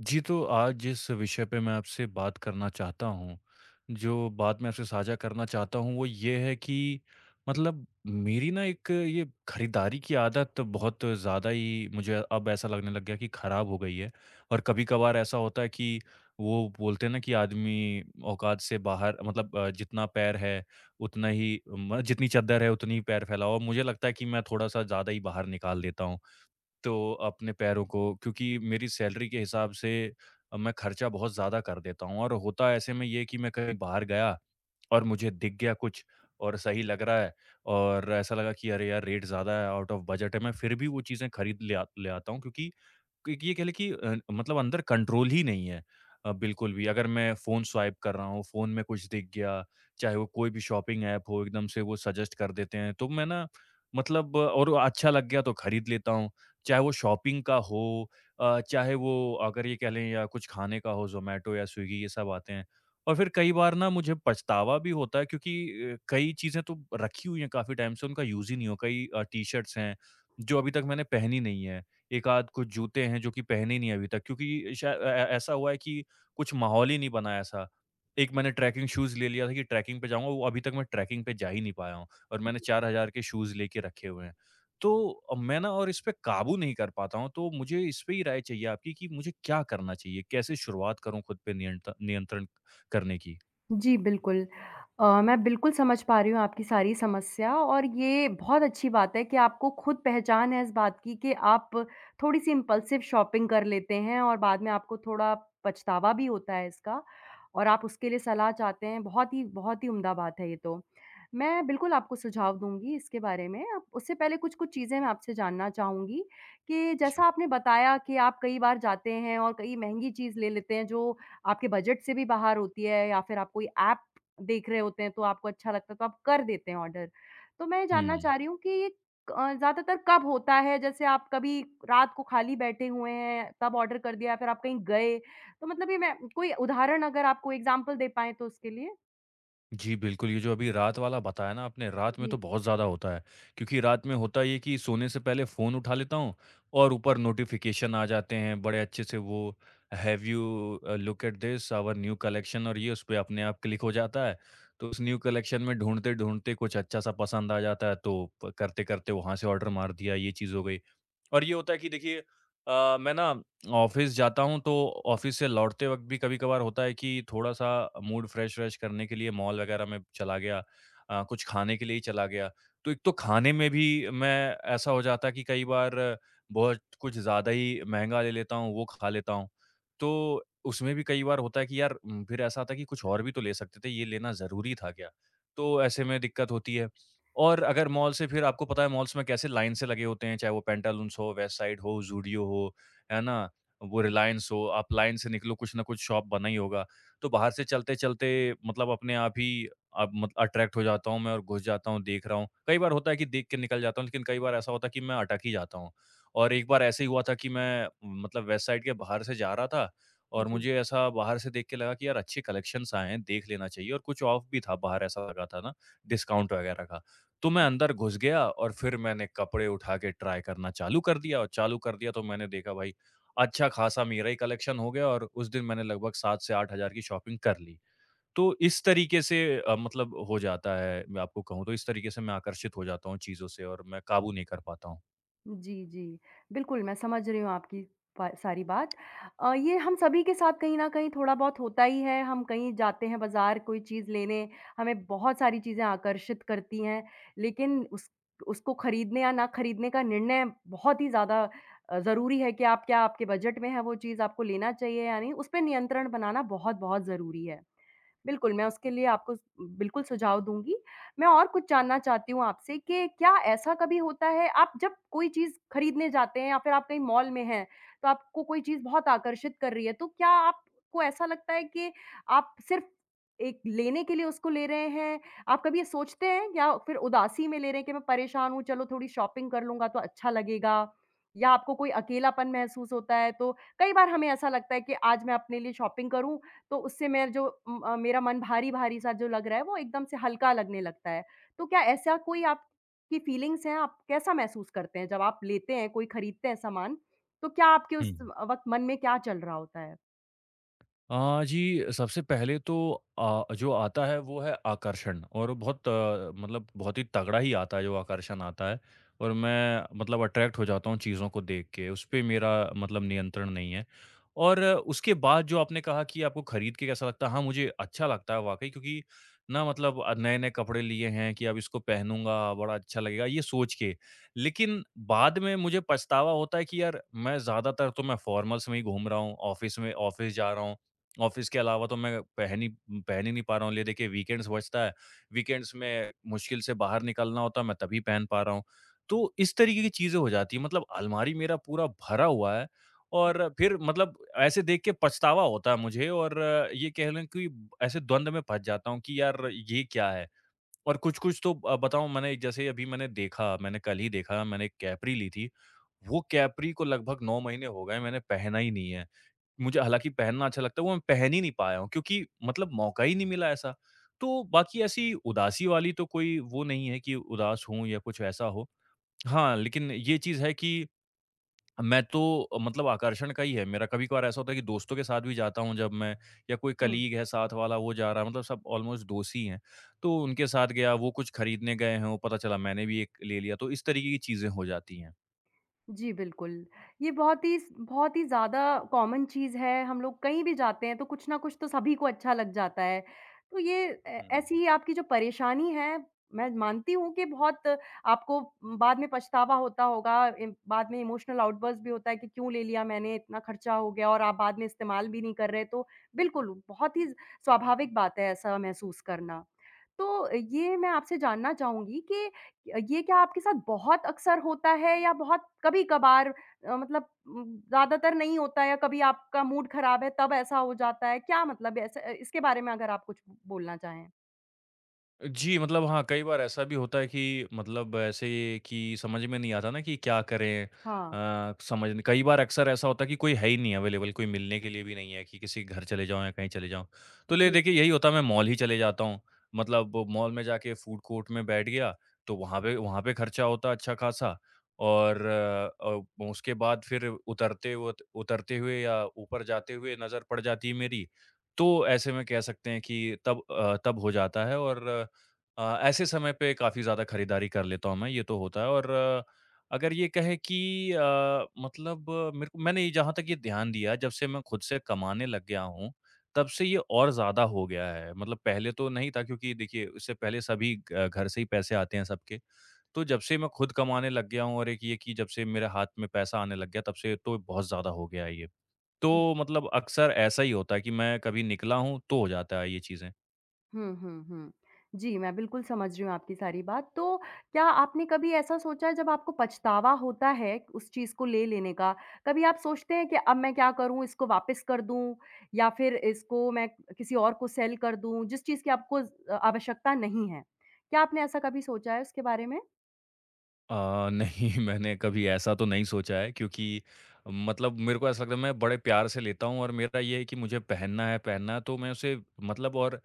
जी, तो आज जिस विषय पे मैं आपसे बात करना चाहता हूँ, जो बात मैं आपसे साझा करना चाहता हूँ, वो ये है कि मतलब मेरी ना एक ये खरीदारी की आदत बहुत ज़्यादा ही मुझे अब ऐसा लगने लग गया कि खराब हो गई है। और कभी-कभार ऐसा होता है कि वो बोलते हैं ना कि आदमी औकात से बाहर मतलब जितना पैर है, उतना ही म जितनी चद्दर है, उतनी ही पैर फैलाओ। मुझे लगता है कि मैं थोड़ा-सा ज़्यादा ही बाहर निकाल देता हूँ। तो अपने पैरों को, क्योंकि मेरी सैलरी के हिसाब से मैं खर्चा बहुत ज़्यादा कर देता हूँ। और होता ऐसे में ये है कि मैं कहीं बाहर गया और मुझे दिख गया कुछ और सही लग रहा है, और ऐसा लगा कि अरे यार रेट ज़्यादा है, आउट ऑफ बजट है, मैं फिर भी वो चीज़ें खरीद ले आता हूँ, क्योंकि एक ये कह लें कि मतलब अंदर कंट्रोल ही नहीं है बिल्कुल भी। अगर मैं फ़ोन स्वाइप कर रहा हूँ, फ़ोन में कुछ दिख गया, चाहे वो कोई भी शॉपिंग ऐप हो, एकदम से वो सजेस्ट कर देते हैं। तो मैं ना मतलब और वो अच्छा लग गया तो खरीद लेता हूँ। चाहे वो शॉपिंग का हो, चाहे वो, अगर ये कह लें, या कुछ खाने का हो, ज़ोमैटो या स्विगी ये सब आते हैं। और फिर कई बार ना मुझे पछतावा भी होता है, क्योंकि कई चीज़ें तो रखी हुई हैं काफ़ी टाइम से, उनका यूज़ ही नहीं हो। कई टी-शर्ट्स हैं, जो अभी तक मैंने पहनी नहीं है। एक आध कुछ जूते हैं जो कि पहने नहीं अभी तक, क्योंकि ऐसा हुआ है कि कुछ माहौल ही नहीं बना है ऐसा। एक मैंने ट्रैकिंग शूज़ ले लिया था कि ट्रैकिंग पे जाऊँगा, वो अभी तक मैं ट्रैकिंग पे जा ही नहीं पाया हूँ और मैंने 4,000 के शूज़ लेके रखे हुए हैं। तो मैं ना और इस पे काबू नहीं कर पाता हूँ, तो मुझे इस पे ही राय चाहिए आपकी कि मुझे क्या करना चाहिए? कैसे शुरुआत करूँ खुद पे नियंत्रण करने की? जी, बिल्कुल। मैं बिल्कुल समझ पा रही हूँ आपकी सारी समस्या और ये बहुत अच्छी बात है कि आपको खुद पहचान है इस बात की कि आप थोड़ी-सी इम्पल्सिव शॉपिंग कर लेते हैं और बाद में आपको थोड़ा पछतावा भी होता है इसका और आप उसके लिए सलाह चाहते हैं। बहुत ही उम्दा बात है ये तो। मैं बिल्कुल आपको सुझाव दूँगी इसके बारे में। अब उससे पहले कुछ-कुछ चीज़ें मैं आपसे जानना चाहूँगी कि जैसा जी। आपने बताया कि आप कई बार जाते हैं और कई महँगी चीज़ ले लेते हैं जो आपके बजट से भी बाहर होती है या फिर आप कोई ऐप देख रहे होते हैं तो आपको अच्छा लगता है तो आप कर देते हैं ऑर्डर। तो मैं ये जानना हुँ। चाह रही हूँ कि ज़्यादातर कब होता है? जैसे आप कभी रात को खाली बैठे हुए हैं तब ऑर्डर कर दिया या फिर आप कहीं गए? तो मतलब ये मैं कोई उदाहरण अगर आप कोई एग्ज़ाम्पल दे पाएँ तो उसके लिए? जी, बिल्कुल, ये जो अभी रात वाला बताया ना आपने, रात में जी, तो बहुत ज़्यादा होता है। क्योंकि रात में होता ये है कि सोने से पहले फ़ोन उठा लेता हूँ और ऊपर नोटिफ़िकेशन आ जाते हैं, बड़े अच्छे से वो have you look at this our new collection, और ये उस पे अपने आप क्लिक हो जाता है। तो उस न्यू कलेक्शन में ढूँढते-ढूँढते कुछ अच्छा सा पसंद आ जाता है, तो प करते-करते वहाँ से ऑर्डर मार दिया, ये चीज़ हो गई। और ये होता है कि देखिए मैं ना ऑफ़िस जाता हूँ तो ऑफ़िस से लौटते वक़्त भी कभी-कभार होता है कि थोड़ा-सा मूड फ्रेश व्रेश करने के लिए मॉल वग़ैरह में चला गया, कुछ खाने के लिए ही चला गया। तो एक तो खाने में भी मैं ऐसा हो जाता है कि कई बार बहुत कुछ ज़्यादा ही महँगा ले लेता हूँ, वो खा लेता हूँ। तो उसमें भी कई बार होता है कि यार फिर ऐसा आता है कि कुछ और भी तो ले सकते थे, ये लेना ज़रूरी था क्या? तो ऐसे में दिक्कत होती है। और अगर मॉल से, फिर आपको पता है मॉल्स में कैसे लाइन से लगे होते हैं, चाहे वो पेंटालून्स हो, वेस्ट साइड हो, ज़ूडियो हो, है ना? वो रिलायंस हो, आप लाइन से निकलो, कुछ ना कुछ शॉप बना ही होगा। तो बाहर से चलते-चलते मतलब अपने आप ही अब मत अट्रैक्ट हो जाता हूँ मैं और घुस जाता हूँ, देख रहा हूँ। कई बार होता है कि देख के निकल जाता हूँ, लेकिन कई बार ऐसा होता है कि मैं अटक ही जाता हूँ। और एक बार ऐसे ही हुआ था कि मैं मतलब वेस्ट साइड के बाहर से जा रहा था, और जी। मुझे ऐसा बाहर से देख के लगा कि यार अच्छे कलेक्शंस आए हैं, देख लेना चाहिए, और कुछ ऑफ भी था बाहर, ऐसा लगा था ना, डिस्काउंट वगैरह का। तो मैं अंदर घुस गया और फिर मैंने कपड़े उठा के ट्राई करना चालू कर दिया, और चालू कर दिया तो मैंने देखा भाई अच्छा खासा मेरा ही कलेक्शन हो गया, और उस दिन मैंने लगभग 7 से 8 हज़ार की शॉपिंग कर ली। तो इस तरीके से मतलब हो जाता है, मैं आपको कहूँ तो इस तरीके से मैं आकर्षित हो जाता हूँ चीज़ों से, और मैं काबू नहीं कर पाता हूँ। जी, जी। बिल्कुल, मैं समझ रही हूँ आपकी पा सारी बात। ये हम सभी के साथ कहीं न कहीं थोड़ा-बहुत होता ही है, हम कहीं जाते हैं बाज़ार कोई चीज़ लेने, हमें बहुत सारी चीज़ें आकर्षित करती हैं, लेकिन उस उसको खरीदने या ना खरीदने का निर्णय बहुत ही ज़्यादा ज़रूरी है कि आप क्या आपके बजट में है वो चीज़, आपको लेना चाहिए या नहीं, उसपे नियंत्रण बनाना बहुत-बहुत ज़रूरी है। बिल्कुल, मैं उसके लिए आपको स बिल्कुल सुझाव दूँगी। मैं और कुछ जानना चाहती हूँ आपसे कि क्या ऐसा कभी होता है आप जब कोई चीज़ खरीदने जाते हैं या फिर आप कहीं मॉल में हैं, तो आपको कोई चीज़ बहुत आकर्षित कर रही है, तो क्या आपको ऐसा लगता है कि आप सिर्फ़ एक लेने के लिए उसको ले रहे हैं? आप कभी ये सोचते हैं या फिर उदासी में ले रहे हैं कि मैं परेशान हूँ, चलो थोड़ी शॉपिंग कर लूँगा तो अच्छा लगेगा? या आपको कोई अकेलापन महसूस होता है? तो कई बार हमें ऐसा लगता है कि आज मैं अपने लिए शॉपिंग करूँ तो उससे मेरा जो मेरा मन भारी-भारी सा जो लग रहा है वो एकदम से हल्का लगने लगता है। तो क्या ऐसा कोई आपकी फीलिंग्स हैं? आप कैसा महसूस करते हैं जब आप लेते हैं, कोई खरीदते हैं सामान, तो क्या आपके हुँ। उस वक़्त मन में क्या चल रहा होता है? जी, सबसे पहले तो जो आता है वो है आकर्षण, और बहुत मतलब बहुत ही तगड़ा ही आता है जो आकर्षण आता है, और मैं मतलब अट्रैक्ट हो जाता हूँ चीज़ों को देख के, उस पे मेरा मतलब नियंत्रण नहीं है। और उसके बाद जो आपने कहा कि आपको खरीद के कैसा लगता है, हाँ, मुझे अच्छा लगता है वाक़ई, क्योंकि ना मतलब नए-नए कपड़े लिए हैं कि अब इसको पहनूँगा, बड़ा अच्छा लगेगा, ये सोच के। लेकिन बाद में मुझे पछतावा होता है कि यार मैं ज़्यादातर तो मैं फ़ॉर्मल्स में ही घूम रहा हूँ, ऑफ़िस में ऑफ़िस जा रहा हूँ। ऑफ़िस के अलावा तो मैं पहन ही नहीं पा रहा हूँ। ले देखिए वीकेंड्स बचता है, वीकेंड्स में मुश्किल से बाहर निकलना होता है, मैं तभी पहन पा रहा हूँ। तो इस तरीके की चीज़ें हो जाती हैं, मतलब अलमारी मेरा पूरा भरा हुआ है और फिर मतलब ऐसे देख के पछतावा होता है मुझे, और ये कह लें कि ऐसे द्वंद में फँस जाता हूँ कि यार ये क्या है? और कुछ-कुछ तो बताऊँ, मैंने जैसे अभी मैंने देखा, मैंने कल ही देखा, मैंने एक कैपरी ली थी। वो कैपरी को लगभग 9 महीने हो गए, मैंने पहना ही नहीं है। मुझे हालाँकि पहनना अच्छा लगता है, वो मैं पहन ही नहीं पाया हूँ, क्योंकि मतलब मौका ही नहीं मिला ऐसा। तो बाकी ऐसी उदासी वाली तो कोई वो नहीं है कि उदास हूँ या कुछ ऐसा हो। हाँ, लेकिन ये चीज़ है कि मैं तो मतलब आकर्षण का ही है मेरा। कभी-कभार ऐसा होता है कि दोस्तों के साथ भी जाता हूँ जब मैं, या कोई हुँ। कलीग है साथ वाला वो जा रहा है, मतलब सब ऑलमोस्ट दोस्त ही हैं। तो उनके साथ गया, वो कुछ खरीदने गए हैं, वो पता चला मैंने भी एक ले लिया, तो इस तरीके की चीज़ें हो जाती हैं। जी, बिल्कुल। ये बहुत ही ज़्यादा कॉमन चीज़ है, हम लोग कहीं भी जाते हैं तो कुछ न कुछ तो सभी को अच्छा लग जाता है। तो ये ए हुँ। ऐसी ही आपकी जो परेशानी है, मैं मानती हूँ कि बहुत आपको बाद में पछतावा होता होगा, इम बाद में इमोशनल आउटबर्स्ट भी होता है कि क्यों ले लिया मैंने, इतना खर्चा हो गया और आप बाद में इस्तेमाल भी नहीं कर रहे, तो बिल्कुल, बहुत ही स्वाभाविक बात है ऐसा महसूस करना। तो ये मैं आपसे जानना चाहूँगी कि ये क्या आपके साथ बहुत अक्सर होता है या बहुत कभी-कभार मतलब ज़्यादातर नहीं होता है या कभी आपका मूड ख़राब है तब ऐसा हो जाता है? क्या मतलब ऐसे इसके बारे में अगर आप कुछ बोलना चाहें? जी, मतलब हाँ, कई बार ऐसा भी होता है कि मतलब ऐसे कि समझ में नहीं आता ना कि क्या करें? हाँ, समझ नहीं, कई बार अक्सर ऐसा होता है कि कोई है ही नहीं अवेलेबल, कोई मिलने के लिए भी नहीं है कि किसी के घर चले जाओ या कहीं चले जाओ। तो ले जी। देखिए यही होता है, मैं मॉल ही चले जाता हूँ। मतलब वो मॉल में जाके फूड कोर्ट में बैठ गया, तो वहाँ पे खर्चा होता अच्छा खासा, और उसके बाद फिर उतरते हुए या ऊपर जाते हुए नज़र पड़ जाती है मेरी। तो ऐसे में कह सकते हैं कि तब हो जाता है, और ऐसे समय पे काफ़ी ज़्यादा खरीदारी कर लेता हूँ मैं, ये तो होता है। और अगर ये कहें कि मतलब मेरे को, मैंने ये जहाँ तक ये ध्यान दिया, जब से मैं खुद से कमाने लग गया हूँ, तब से ये और ज़्यादा हो गया है। मतलब पहले तो नहीं था, क्योंकि देखिए उससे पहले सभी घर से ही पैसे आते हैं सबके। तो जब से मैं खुद कमाने लग गया हूँ और एक ये कि जब से मेरे हाथ में पैसा आने लग गया, तब से तो बहुत ज़्यादा हो गया है ये। तो मतलब अक्सर ऐसा ही होता है कि मैं कभी निकला हूँ तो हो जाता है ये चीज़ें। हुँ, हुँ, हुँ। जी, मैं बिल्कुल समझ रही हूँ आपकी सारी बात। तो क्या आपने कभी ऐसा सोचा है जब आपको पछतावा होता है उस चीज़ को ले लेने का, कभी आप सोचते हैं कि अब मैं क्या करूँ इसको वापस कर दूँ या फिर इसको मैं किसी और को सेल कर दूँ जिस चीज़ की आपको ज़ आवश्यकता नहीं है? क्या आपने ऐसा कभी सोचा है उसके बारे में? नहीं मैंने कभी ऐसा तो नहीं सोचा है, क्योंकि मतलब मेरे को ऐसा लगता है मैं बड़े प्यार से लेता हूँ और मेरा ये है कि मुझे पहनना है तो मैं उसे मतलब और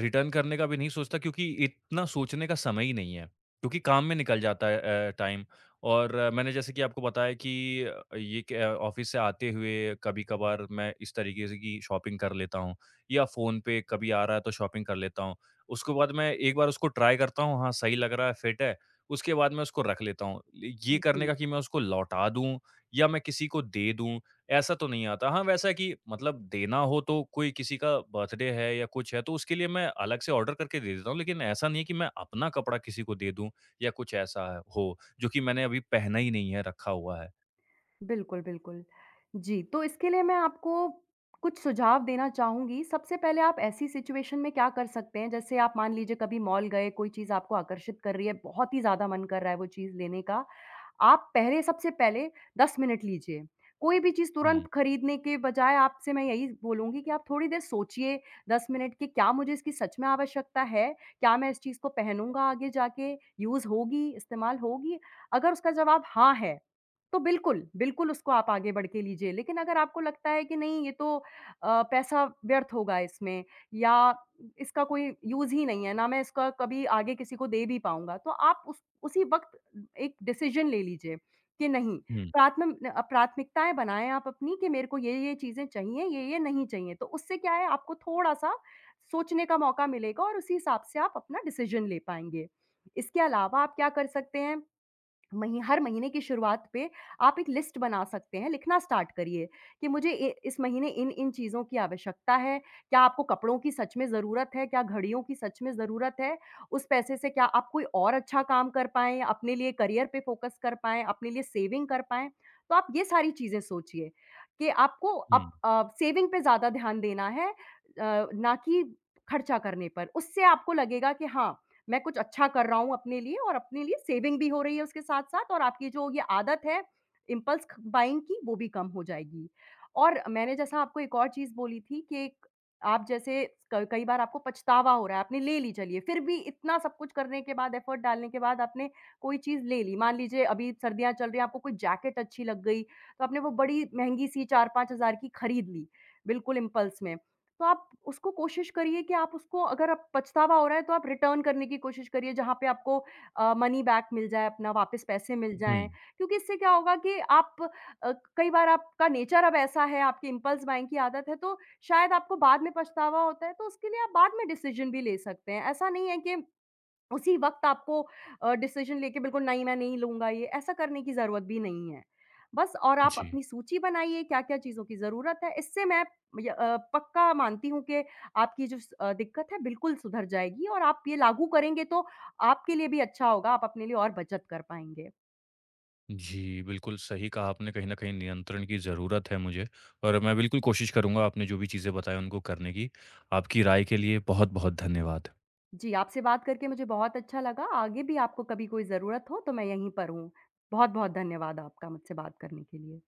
रिटर्न करने का भी नहीं सोचता, क्योंकि इतना सोचने का समय ही नहीं है, क्योंकि काम में निकल जाता है टाइम। और मैंने जैसे कि आपको बताया कि ये ऑफिस से आते हुए कभी कभार मैं इस तरीके से की शॉपिंग कर लेता हूँ, या फ़ोन पे कभी आ रहा है तो शॉपिंग कर लेता हूँ। उसके बाद मैं एक बार उसको ट्राई करता हूँ, हाँ सही लग रहा है, फिट है, उसके बाद मैं उसको रख लेता हूँ। ये करने जी का कि मैं उसको लौटा दूँ या मैं किसी को दे दूँ, ऐसा तो नहीं आता। हाँ, वैसा है कि मतलब देना हो तो कोई किसी का बर्थडे है या कुछ है, तो उसके लिए मैं अलग से ऑर्डर करके दे देता हूँ, लेकिन ऐसा नहीं है कि मैं अपना कपड़ा किसी को दे दूँ या कुछ ऐसा हो, जो कि मैंने अभी पहना ही नहीं है, रखा हुआ है। बिल्कुल। जी, तो इसके लिए मैं आपको कुछ सुझाव देना चाहूँगी। सबसे पहले आप ऐसी सिचुएशन में क्या कर सकते हैं, जैसे आप मान लीजिए कभी मॉल गए, कोई चीज़ आपको आकर्षित कर रही है, बहुत ही ज़्यादा मन कर रहा है वो चीज़ लेने का। आप पहले सबसे पहले 10 मिनट लीजिए। कोई भी चीज़ हुँ। तुरंत खरीदने के बजाय आपसे मैं यही बोलूँगी कि आप थोड़ी देर सोचिए 10 मिनट कि क्या मुझे इसकी सच में आवश्यकता है? क्या मैं इस चीज़ को पहनूँगा आगे जाके? यूज़ होगी, इस्तेमाल होगी? अगर उसका जवाब हाँ है, तो बिल्कुल, उसको आप आगे बढ़ के लीजिए। लेकिन अगर आपको लगता है कि नहीं ये तो पैसा व्यर्थ होगा इसमें या इसका कोई यूज़ ही नहीं है, ना मैं इसका कभी आगे किसी को दे भी पाऊँगा, तो आप उस उसी वक़्त एक डिसीज़न ले लीजिए कि नहीं हुँ, प्राथमिकताएँ बनाएँ आप अपनी कि मेरे को ये-ये चीज़ें चाहिए, ये-ये नहीं चाहिए। तो उससे क्या है आपको थोड़ा-सा सोचने का मौका मिलेगा और उसी हिसाब से आप अपना डिसीज़न ले पाएँगे। इसके अलावा आप क्या कर सकते हैं मही हर महीने की शुरुआत पे आप एक लिस्ट बना सकते हैं, लिखना स्टार्ट करिए कि मुझे इ इस महीने इन-इन चीज़ों की आवश्यकता है, क्या आपको कपड़ों की सच में ज़रूरत है, क्या घड़ियों की सच में ज़रूरत है? उस पैसे से क्या आप कोई और अच्छा काम कर पाएँ, अपने लिए करियर पे फ़ोकस कर पाएँ, अपने लिए सेविंग कर पाएँ। तो आप ये सारी चीज़ें सोचिए कि आपको हुँ, सेविंग पे ज़्यादा ध्यान देना है ना कि खर्चा करने पर। उससे आपको लगेगा कि हाँ, मैं कुछ अच्छा कर रहा हूँ अपने लिए और अपने लिए सेविंग भी हो रही है उसके साथ-साथ और आपकी जो ये आदत है इम्पल्स ख बाइंग की वो भी कम हो जाएगी। और मैंने जैसा आपको एक और चीज़ बोली थी कि एक आप जैसे क कई बार आपको पछतावा हो रहा है, आपने ले ली चलिए फिर भी इतना सब कुछ करने के बाद एफर्ट डालने के बाद आपने कोई चीज़ ले ली। मान लीजिए अभी सर्दियाँ चल रही हैं, आपको कोई जैकेट अच्छी लग गई, तो आपने वो बड़ी महँगी सी 4-5 हज़ार की खरीद ली, बिल्कुल इम्पल्स में। तो आप उसको कोशिश करिए कि आप उसको अगर आप पछतावा हो रहा है तो आप रिटर्न करने की कोशिश करिए जहाँ पे आपको मनी बैक मिल जाए अपना वापस पैसे मिल हुँ। जाएँ। क्योंकि इससे क्या होगा कि आप अ, कई बार आपका नेचर अब ऐसा है, आपकी इम्पल्स बाइंग की आदत है तो शायद आपको बाद में पछतावा होता है तो उसके लिए आप बाद में डिसीज़न भी ले सकते हैं। ऐसा नहीं है कि उसी वक़्त आपको डिसीज़न लेके बिल्कुल नहीं मैं नहीं लूँगा ये, ऐसा करने की ज़रूरत भी नहीं है। बस और आप जी। अपनी सूची बनाइए क्या-क्या चीज़ों की ज़रूरत है, इससे मैं पक्का मानती हूँ कि आपकी जो दिक्कत है बिल्कुल सुधर जाएगी और आप ये लागू करेंगे तो आपके लिए भी अच्छा होगा, आप अपने लिए और बचत कर पाएँगे। जी, बिल्कुल सही कहा आपने, कहीं न कहीं नियंत्रण की ज़रूरत है मुझे, और मैं बिल्कुल कोशिश करूँगा आपने जो भी चीज़ें बताई उनको करने की। आपकी राय के लिए बहुत-बहुत धन्यवाद। जी, आपसे बात करके मुझे बहुत अच्छा लगा, आगे भी आपको कभी कोई ज़रूरत हो तो मैं यहीं पर हूँ। बहुत-बहुत धन्यवाद आपका मुझसे बात करने के लिए।